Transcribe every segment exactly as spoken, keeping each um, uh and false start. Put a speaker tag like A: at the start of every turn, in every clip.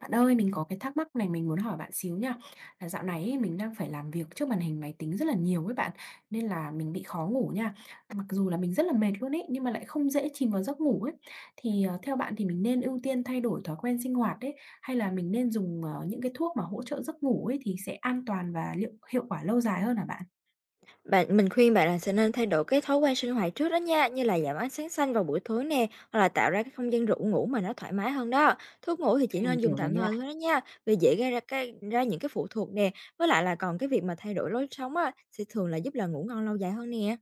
A: Bạn ơi, mình có cái thắc mắc này mình muốn hỏi bạn xíu nha. Là dạo này ấy, mình đang phải làm việc trước màn hình máy tính rất là nhiều với bạn, nên là mình bị khó ngủ nha. Mặc dù là mình rất là mệt luôn ấy, nhưng mà lại không dễ chìm vào giấc ngủ ấy. Thì ờ, theo bạn thì mình nên ưu tiên thay đổi thói quen sinh hoạt ấy, hay là mình nên dùng ờ, những cái thuốc mà hỗ trợ giấc ngủ ấy thì sẽ an toàn và liệu hiệu quả lâu dài hơn hả bạn?
B: Bạn mình khuyên bạn là sẽ nên thay đổi cái thói quen sinh hoạt trước đó nha, như là giảm ánh sáng xanh vào buổi tối nè, hoặc là tạo ra cái không gian rủ ngủ mà nó thoải mái hơn đó. Thuốc ngủ thì
A: Ok,
B: chỉ
A: mình
B: nên dùng
A: hiểu rồi
B: tạm
A: nha.
B: thời thôi đó nha, vì dễ gây ra cái ra những cái phụ thuộc nè, với lại là còn cái việc mà thay đổi lối sống á, sẽ thường là giúp là ngủ ngon lâu dài hơn nè.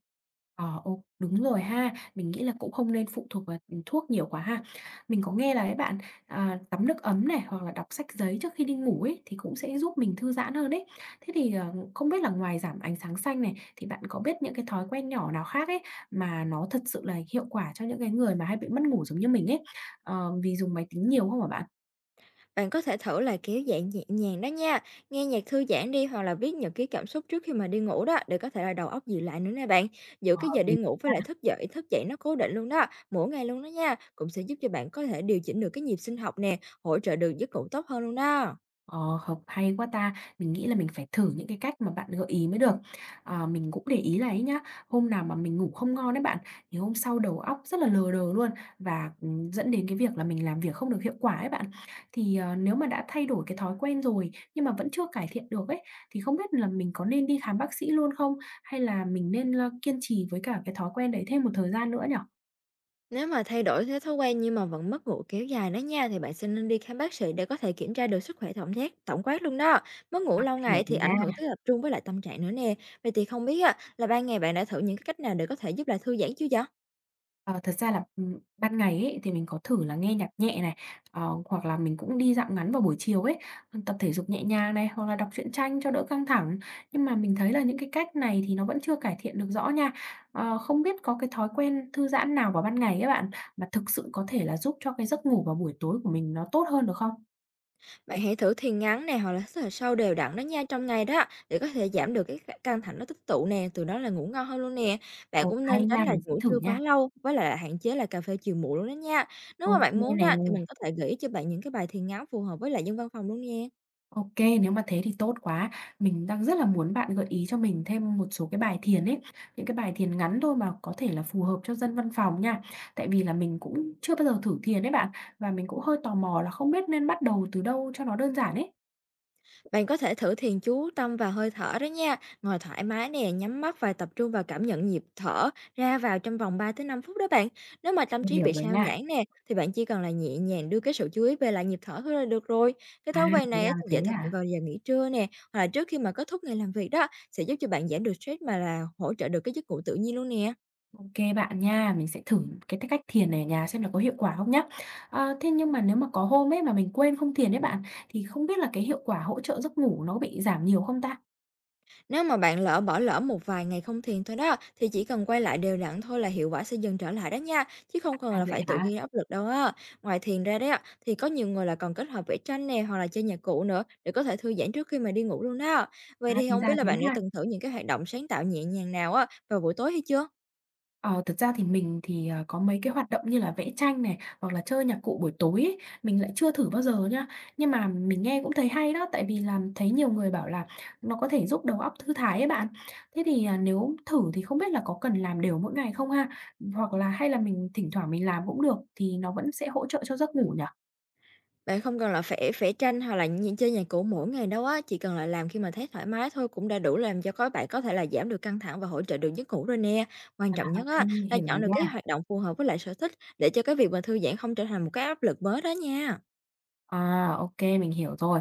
A: Ờ, ô, đúng rồi ha. Mình nghĩ là cũng không nên phụ thuộc vào thuốc nhiều quá ha. Mình có nghe là các bạn, à, tắm nước ấm này, hoặc là đọc sách giấy trước khi đi ngủ ấy, thì cũng sẽ giúp mình thư giãn hơn đấy. Thế thì, ờ, không biết là ngoài giảm ánh sáng xanh này, thì bạn có biết những cái thói quen nhỏ nào khác ấy, mà nó thật sự là hiệu quả cho những cái người mà hay bị mất ngủ giống như mình ấy, ờ, vì dùng máy tính nhiều không hả bạn?
B: Bạn có thể thử là kéo giãn nhẹ nhàng đó nha, nghe nhạc thư giãn đi hoặc là viết nhật ký cảm xúc trước khi mà đi ngủ đó, để có thể là đầu óc dịu lại nữa nè bạn. Giữ
A: Ờ,
B: cái
A: Hợp
B: giờ đi
A: lý.
B: ngủ với lại thức dậy, thức dậy nó cố định luôn đó, mỗi ngày luôn đó nha, cũng sẽ giúp cho bạn có thể điều chỉnh được cái nhịp sinh học nè, hỗ trợ được giấc ngủ tốt hơn luôn đó.
A: Ờ, Hợp hay quá ta! Mình nghĩ là mình phải thử những cái cách mà bạn gợi ý mới được. Ờ, mình cũng để ý là ấy nhá, hôm nào mà mình ngủ không ngon đấy bạn, thì hôm sau đầu óc rất là lờ đờ luôn và, ừm, dẫn đến cái việc là mình làm việc không được hiệu quả ấy bạn. Thì, ờ, nếu mà đã thay đổi cái thói quen rồi nhưng mà vẫn chưa cải thiện được ấy, thì không biết là mình có nên đi khám bác sĩ luôn không? Hay là mình nên, ơ, kiên trì với cả cái thói quen đấy thêm một thời gian nữa nhở.
B: Nếu mà thay đổi thế thói quen nhưng mà vẫn mất ngủ kéo dài đó nha, thì bạn sẽ nên đi khám bác sĩ để có thể kiểm tra được sức khỏe tổng quát tổng quát luôn đó. Mất ngủ lâu
A: Hiểu
B: ngày thì
A: rồi
B: ảnh hưởng
A: nha.
B: tới tập trung với lại tâm trạng nữa nè. Vậy thì không biết á, là ban ngày bạn đã thử những cái cách nào để có thể giúp lại thư giãn chưa vậy?
A: Ờ, Thật ra là, ừm, ban ngày ấy, thì mình có thử là nghe nhạc nhẹ này, ờ, hoặc là mình cũng đi dạo ngắn vào buổi chiều ấy, tập thể dục nhẹ nhàng này, hoặc là đọc truyện tranh cho đỡ căng thẳng. Nhưng mà mình thấy là những cái cách này thì nó vẫn chưa cải thiện được rõ nha. Ờ, không biết có cái thói quen thư giãn nào vào ban ngày á bạn, mà thực sự có thể là giúp cho cái giấc ngủ vào buổi tối của mình nó tốt hơn được không?
B: Bạn hãy thử thiền ngắn nè, hoặc là hít thở sâu đều đặn đó nha, trong ngày đó để có thể giảm được cái ca- căng thẳng nó tích tụ nè, từ đó là ngủ ngon hơn luôn nè. Bạn
A: Ồ,
B: cũng nên
A: hay
B: tránh
A: nha,
B: là
A: mình sẽ
B: ngủ
A: thử
B: trưa
A: nha.
B: quá lâu, với lại là hạn chế là cà phê chiều muộn luôn đó nha. Nếu
A: Ok
B: mà bạn
A: kê
B: muốn
A: nè.
B: đó thì mình có thể gợi ý cho bạn những cái bài thiền ngắn phù hợp với lại dân văn phòng luôn nè.
A: OK, nếu mà thế thì tốt quá. Mình đang rất là muốn bạn gợi ý cho mình thêm một số cái bài thiền ấy, những cái bài thiền ngắn thôi mà có thể là phù hợp cho dân văn phòng nha. Tại vì là mình cũng chưa bao giờ thử thiền ấy bạn, và mình cũng hơi tò mò là không biết nên bắt đầu từ đâu cho nó đơn giản ấy.
B: Bạn có thể thử thiền chú tâm vào hơi thở đó nha. Ngồi thoải mái nè, nhắm mắt và tập trung vào cảm nhận nhịp thở ra vào trong vòng ba tới năm phút đó bạn. Nếu mà tâm
A: Mình
B: trí
A: hiểu
B: bị
A: rồi
B: sao
A: nha.
B: nhãng nè thì bạn chỉ cần là nhẹ nhàng đưa cái sự chú ý về lại nhịp thở thôi là được rồi. Cái
A: À,
B: thói quen
A: thì
B: này á,
A: ra là
B: thì
A: thế
B: dễ thực hiện
A: à?
B: vào giờ nghỉ trưa nè, hoặc là trước khi mà kết thúc ngày làm việc đó, sẽ giúp cho bạn giảm được stress mà là hỗ trợ được cái giấc ngủ tự nhiên luôn nè.
A: OK bạn nha, mình sẽ thử cái cách thiền này ở nhà xem là có hiệu quả không nhá. Ờ, thế nhưng mà nếu mà có hôm ấy mà mình quên không thiền ấy bạn, thì không biết là cái hiệu quả hỗ trợ giấc ngủ nó bị giảm nhiều không ta?
B: Nếu mà bạn lỡ bỏ lỡ một vài ngày không thiền thôi đó, thì chỉ cần quay lại đều đặn thôi là hiệu quả sẽ dần trở lại đó nha, chứ không cần
A: À,
B: là
A: vậy
B: phải tự
A: hả?
B: ghi áp lực đâu á. Ngoài thiền ra đấy ạ, thì có nhiều người là còn kết hợp vẽ tranh nè hoặc là chơi nhạc cụ nữa, để có thể thư giãn trước khi mà đi ngủ luôn đó. Vậy
A: À,
B: thì
A: thì
B: không biết
A: ra
B: là
A: thế
B: bạn đã
A: ha.
B: từng thử những cái hoạt động sáng tạo nhẹ nhàng nào á vào buổi tối hay chưa?
A: Ờ, Thực ra thì mình thì, à, có mấy cái hoạt động như là vẽ tranh này, hoặc là chơi nhạc cụ buổi tối ấy, mình lại chưa thử bao giờ nhá. Nhưng mà mình nghe cũng thấy hay đó, tại vì là thấy nhiều người bảo là nó có thể giúp đầu óc thư thái ấy bạn. Thế thì, à, nếu thử thì không biết là có cần làm đều mỗi ngày không ha? Hoặc là hay là mình thỉnh thoảng mình làm cũng được thì nó vẫn sẽ hỗ trợ cho giấc ngủ nhỉ?
B: Bạn không cần là vẽ vẽ tranh hoặc là nh chơi nhạc cụ mỗi ngày đâu á, chỉ cần là làm khi mà thấy thoải mái thôi cũng đã đủ làm cho các bạn có thể là giảm được căng thẳng và hỗ trợ được giấc ngủ rồi nè. Quan
A: À,
B: trọng
A: ô
B: nhất á,
A: Mình
B: là
A: hiểu
B: chọn
A: rồi
B: được cái
A: nha.
B: hoạt động phù hợp với lại sở thích, để cho cái việc mà thư giãn không trở thành một cái áp lực mới đó nha.
A: À, ô Mình hiểu rồi.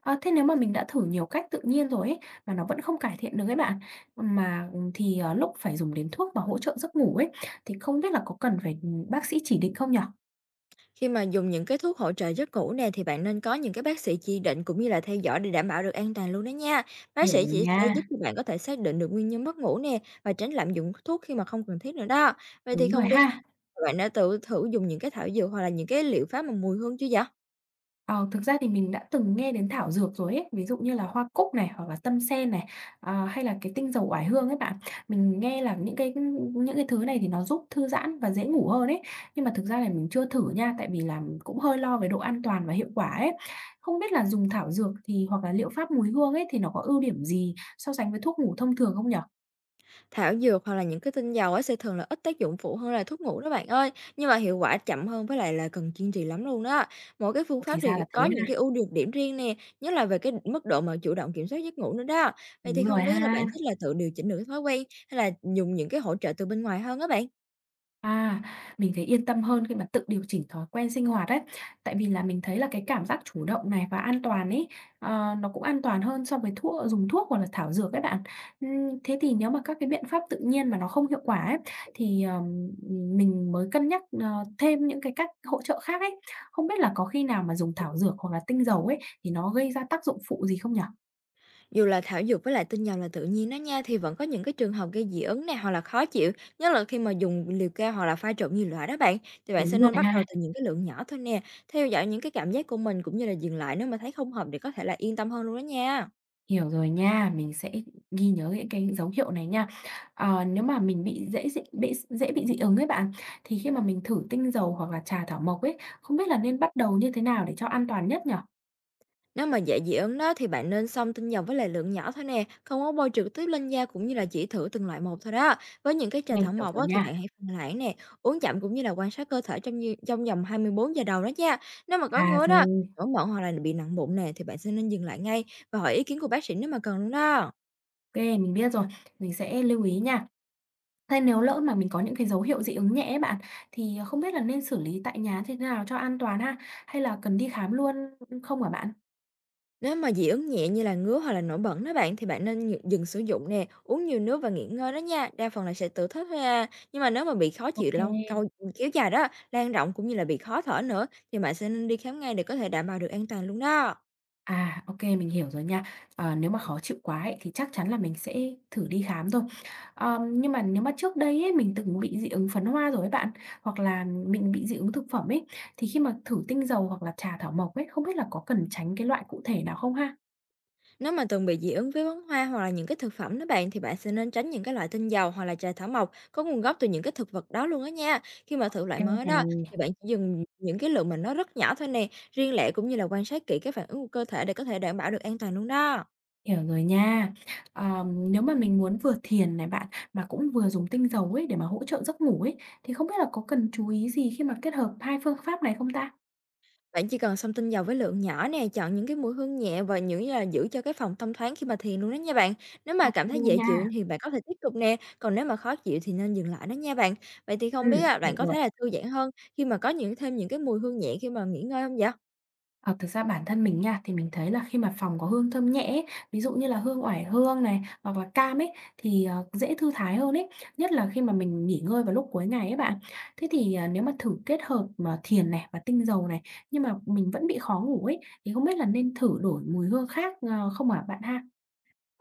A: Ơ, thế nếu mà mình đã thử nhiều cách tự nhiên rồi ấy, mà nó vẫn không cải thiện được ấy bạn, mà, ừ, thì, ờ, lúc phải dùng đến thuốc và hỗ trợ giấc ngủ ấy, thì không biết là có cần phải, ừ, bác sĩ chỉ định không nhở?
B: Khi mà dùng những cái thuốc hỗ trợ giấc ngủ nè, thì bạn nên có những cái bác sĩ chỉ định cũng như là theo dõi để đảm bảo được an toàn luôn đó nha. Bác
A: Hiểu
B: sĩ
A: rồi
B: chỉ sẽ giúp
A: nha,
B: cho bạn có thể xác định được nguyên nhân mất ngủ nè, và tránh lạm dụng thuốc khi mà không cần thiết nữa đó. Vậy thì
A: đúng rồi
B: không biết,
A: ha.
B: Bạn đã tự thử dùng những cái thảo dược hoặc là những cái liệu pháp mà mùi hương chưa vậy?
A: Ờ, Thực ra thì mình đã từng nghe đến thảo dược rồi ấy, ví dụ như là hoa cúc này, hoặc là tâm sen này, à, hay là cái tinh dầu oải hương ấy bạn. Mình nghe là những cái những cái thứ này thì nó giúp thư giãn và dễ ngủ hơn ấy, nhưng mà thực ra là mình chưa thử nha, tại vì là cũng hơi lo về độ an toàn và hiệu quả ấy. Không biết là dùng thảo dược thì hoặc là liệu pháp mùi hương ấy thì nó có ưu điểm gì so sánh với thuốc ngủ thông thường không nhở.
B: Thảo dược hoặc là những cái tinh dầu ấy sẽ thường là ít tác dụng phụ hơn là thuốc ngủ đó bạn ơi, nhưng mà hiệu quả chậm hơn, với lại là cần kiên trì lắm luôn đó. Mỗi cái phương pháp
A: Thì ra
B: thì
A: là thế
B: có
A: ha,
B: những cái ưu nhược điểm riêng nè, nhất là về cái mức độ mà chủ động kiểm soát giấc ngủ nữa đó. Vậy
A: đúng
B: thì
A: rồi
B: không biết là
A: ha.
B: bạn thích là tự điều chỉnh được cái thói quen, hay là dùng những cái hỗ trợ từ bên ngoài hơn á bạn?
A: À, mình thấy yên tâm hơn khi mà tự điều chỉnh thói quen sinh hoạt ấy. Tại vì là mình thấy là cái cảm giác chủ động này và an toàn ấy, ờ, nó cũng an toàn hơn so với thuốc ờ, dùng thuốc hoặc là thảo dược các bạn. Ừm, thế thì nếu mà các cái biện pháp tự nhiên mà nó không hiệu quả ấy, thì, ờm, mình mới cân nhắc, ờ, thêm những cái cách hỗ trợ khác ấy. Không biết là có khi nào mà dùng thảo dược hoặc là tinh dầu ấy, thì nó gây ra tác dụng phụ gì không nhở?
B: Dù là thảo dược với lại tinh dầu là tự nhiên đó nha, thì vẫn có những cái trường hợp gây dị ứng này hoặc là khó chịu, nhất là khi mà dùng liều cao hoặc là pha trộn nhiều loại đó bạn. Thì bạn sẽ
A: Đúng rồi
B: nên bắt đầu
A: ha.
B: từ những cái lượng nhỏ thôi nè, theo dõi những cái cảm giác của mình, cũng như là dừng lại nếu mà thấy không hợp, để có thể là yên tâm hơn luôn đó nha.
A: Hiểu rồi nha, mình sẽ ghi nhớ những cái dấu hiệu này nha. Ờ, nếu mà mình bị dễ dị bị dễ bị dị ứng ấy bạn, thì khi mà mình thử tinh dầu hoặc là trà thảo mộc ấy, không biết là nên bắt đầu như thế nào để cho an toàn nhất nhở.
B: Nếu mà dễ dị ứng đó thì bạn nên xông tinh dầu với lại lượng nhỏ thôi nè, không có bôi trực tiếp lên da, cũng như là chỉ thử từng loại một thôi đó. Với những cái trà
A: Mình
B: thảo
A: hiểu
B: mộc
A: rồi
B: á, thì
A: nha.
B: bạn hãy phân loãng nè, uống chậm, cũng như là quan sát cơ thể trong như, trong vòng hai mươi bốn giờ đầu đó nha. Nếu mà có
A: À,
B: ngứa đó,
A: rồi,
B: nổi mẩn hoặc là bị nặng bụng nè, thì bạn sẽ nên dừng lại ngay và hỏi ý kiến của bác sĩ nếu mà cần luôn đó.
A: OK, mình biết rồi, mình sẽ lưu ý nha. Thế nếu lỡ mà mình có những cái dấu hiệu dị ứng nhẹ ấy bạn, thì không biết là nên xử lý tại nhà thế nào cho an toàn ha? Hay là cần đi khám luôn không hả bạn?
B: Nếu mà dị ứng nhẹ như là ngứa hoặc là nổi bẩn đó bạn, thì bạn nên nhự- dừng sử dụng nè, uống nhiều nước và nghỉ ngơi đó nha, đa phần là sẽ tự thích thôi à. Nhưng mà nếu mà bị khó chịu lâu
A: OK.
B: câu kéo dài đó, lan rộng cũng như là bị khó thở nữa, thì bạn sẽ nên đi khám ngay để có thể đảm bảo được an toàn luôn đó.
A: À, ok mình hiểu rồi nha. Ờ, nếu mà khó chịu quá ấy, thì chắc chắn là mình sẽ thử đi khám thôi. Ờm, nhưng mà nếu mà trước đây ấy, mình từng bị dị ứng phấn hoa rồi ấy bạn, hoặc là mình bị dị ứng thực phẩm ấy, thì khi mà thử tinh dầu hoặc là trà thảo mộc ấy, không biết là có cần tránh cái loại cụ thể nào không ha?
B: Nếu mà từng bị dị ứng với bóng hoa hoặc là những cái thực phẩm đó bạn, thì bạn sẽ nên tránh những cái loại tinh dầu hoặc là trà thảo mộc có nguồn gốc từ những cái thực vật đó luôn á nha. Khi mà thử loại
A: Cái
B: mới đó
A: này.
B: thì bạn chỉ dùng những cái lượng mà nó rất nhỏ thôi nè, riêng lẻ, cũng như là quan sát kỹ cái phản ứng của cơ thể để có thể đảm bảo được an toàn luôn đó.
A: Hiểu rồi nha. Ờm, nếu mà mình muốn vừa thiền này bạn, mà cũng vừa dùng tinh dầu ấy để mà hỗ trợ giấc ngủ ấy, thì không biết là có cần chú ý gì khi mà kết hợp hai phương pháp này không ta?
B: Bạn chỉ cần xông tinh dầu với lượng nhỏ nè, chọn những cái mùi hương nhẹ và những là giữ cho cái phòng thông thoáng khi mà thiền luôn đó nha bạn. Nếu mà cảm thấy
A: Ô
B: dễ
A: nha.
B: chịu thì bạn có thể tiếp tục nè, còn nếu mà khó chịu thì nên dừng lại đó nha bạn. Vậy thì
A: Ừ.
B: không biết là bạn
A: Được
B: có
A: rồi.
B: thấy là thư giãn hơn khi mà có những thêm những cái mùi hương nhẹ khi mà nghỉ ngơi không vậy?
A: Ờ, Thực ra bản thân mình nha, thì mình thấy là khi mà phòng có hương thơm nhẹ ấy, ví dụ như là hương oải hương này, hoặc là cam ấy, thì, ờ, dễ thư thái hơn ấy, nhất là khi mà mình nghỉ ngơi vào lúc cuối ngày ấy bạn. Thế thì, à, nếu mà thử kết hợp mà thiền này và tinh dầu này, nhưng mà mình vẫn bị khó ngủ ấy, thì không biết là nên thử đổi mùi hương khác, ờ, không ạ bạn ha?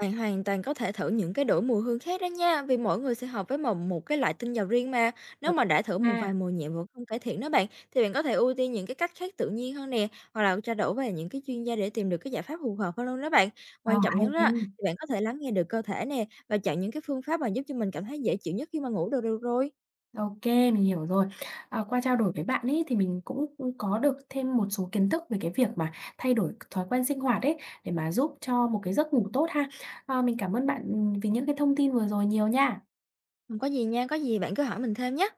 B: Bạn hoàn toàn có thể thử những cái đổi mùi hương khác đó nha, vì mỗi người sẽ hợp với một một cái loại tinh dầu riêng mà. Nếu
A: Được.
B: mà đã thử một
A: À,
B: vài mùi nhẹ vẫn không cải thiện đó bạn, thì bạn có thể ưu tiên những cái cách khác tự nhiên hơn nè, hoặc là trao đổi với những cái chuyên gia để tìm được cái giải pháp phù hợp hơn luôn đó bạn.
A: ờ,
B: Quan trọng
A: Hay
B: nhất
A: nha.
B: đó, thì bạn có thể lắng nghe được cơ thể nè và chọn những cái phương pháp mà giúp cho mình cảm thấy dễ chịu nhất khi mà ngủ được được rồi.
A: OK, mình hiểu rồi. Ờ, qua trao đổi với bạn ấy thì mình cũng có được thêm một số kiến thức về cái việc mà thay đổi thói quen sinh hoạt ấy, để mà giúp cho một cái giấc ngủ tốt ha. Ờ, mình cảm ơn bạn, ừm, vì những cái thông tin vừa rồi nhiều nha.
B: Không có gì nha, có gì bạn cứ hỏi mình thêm nhé.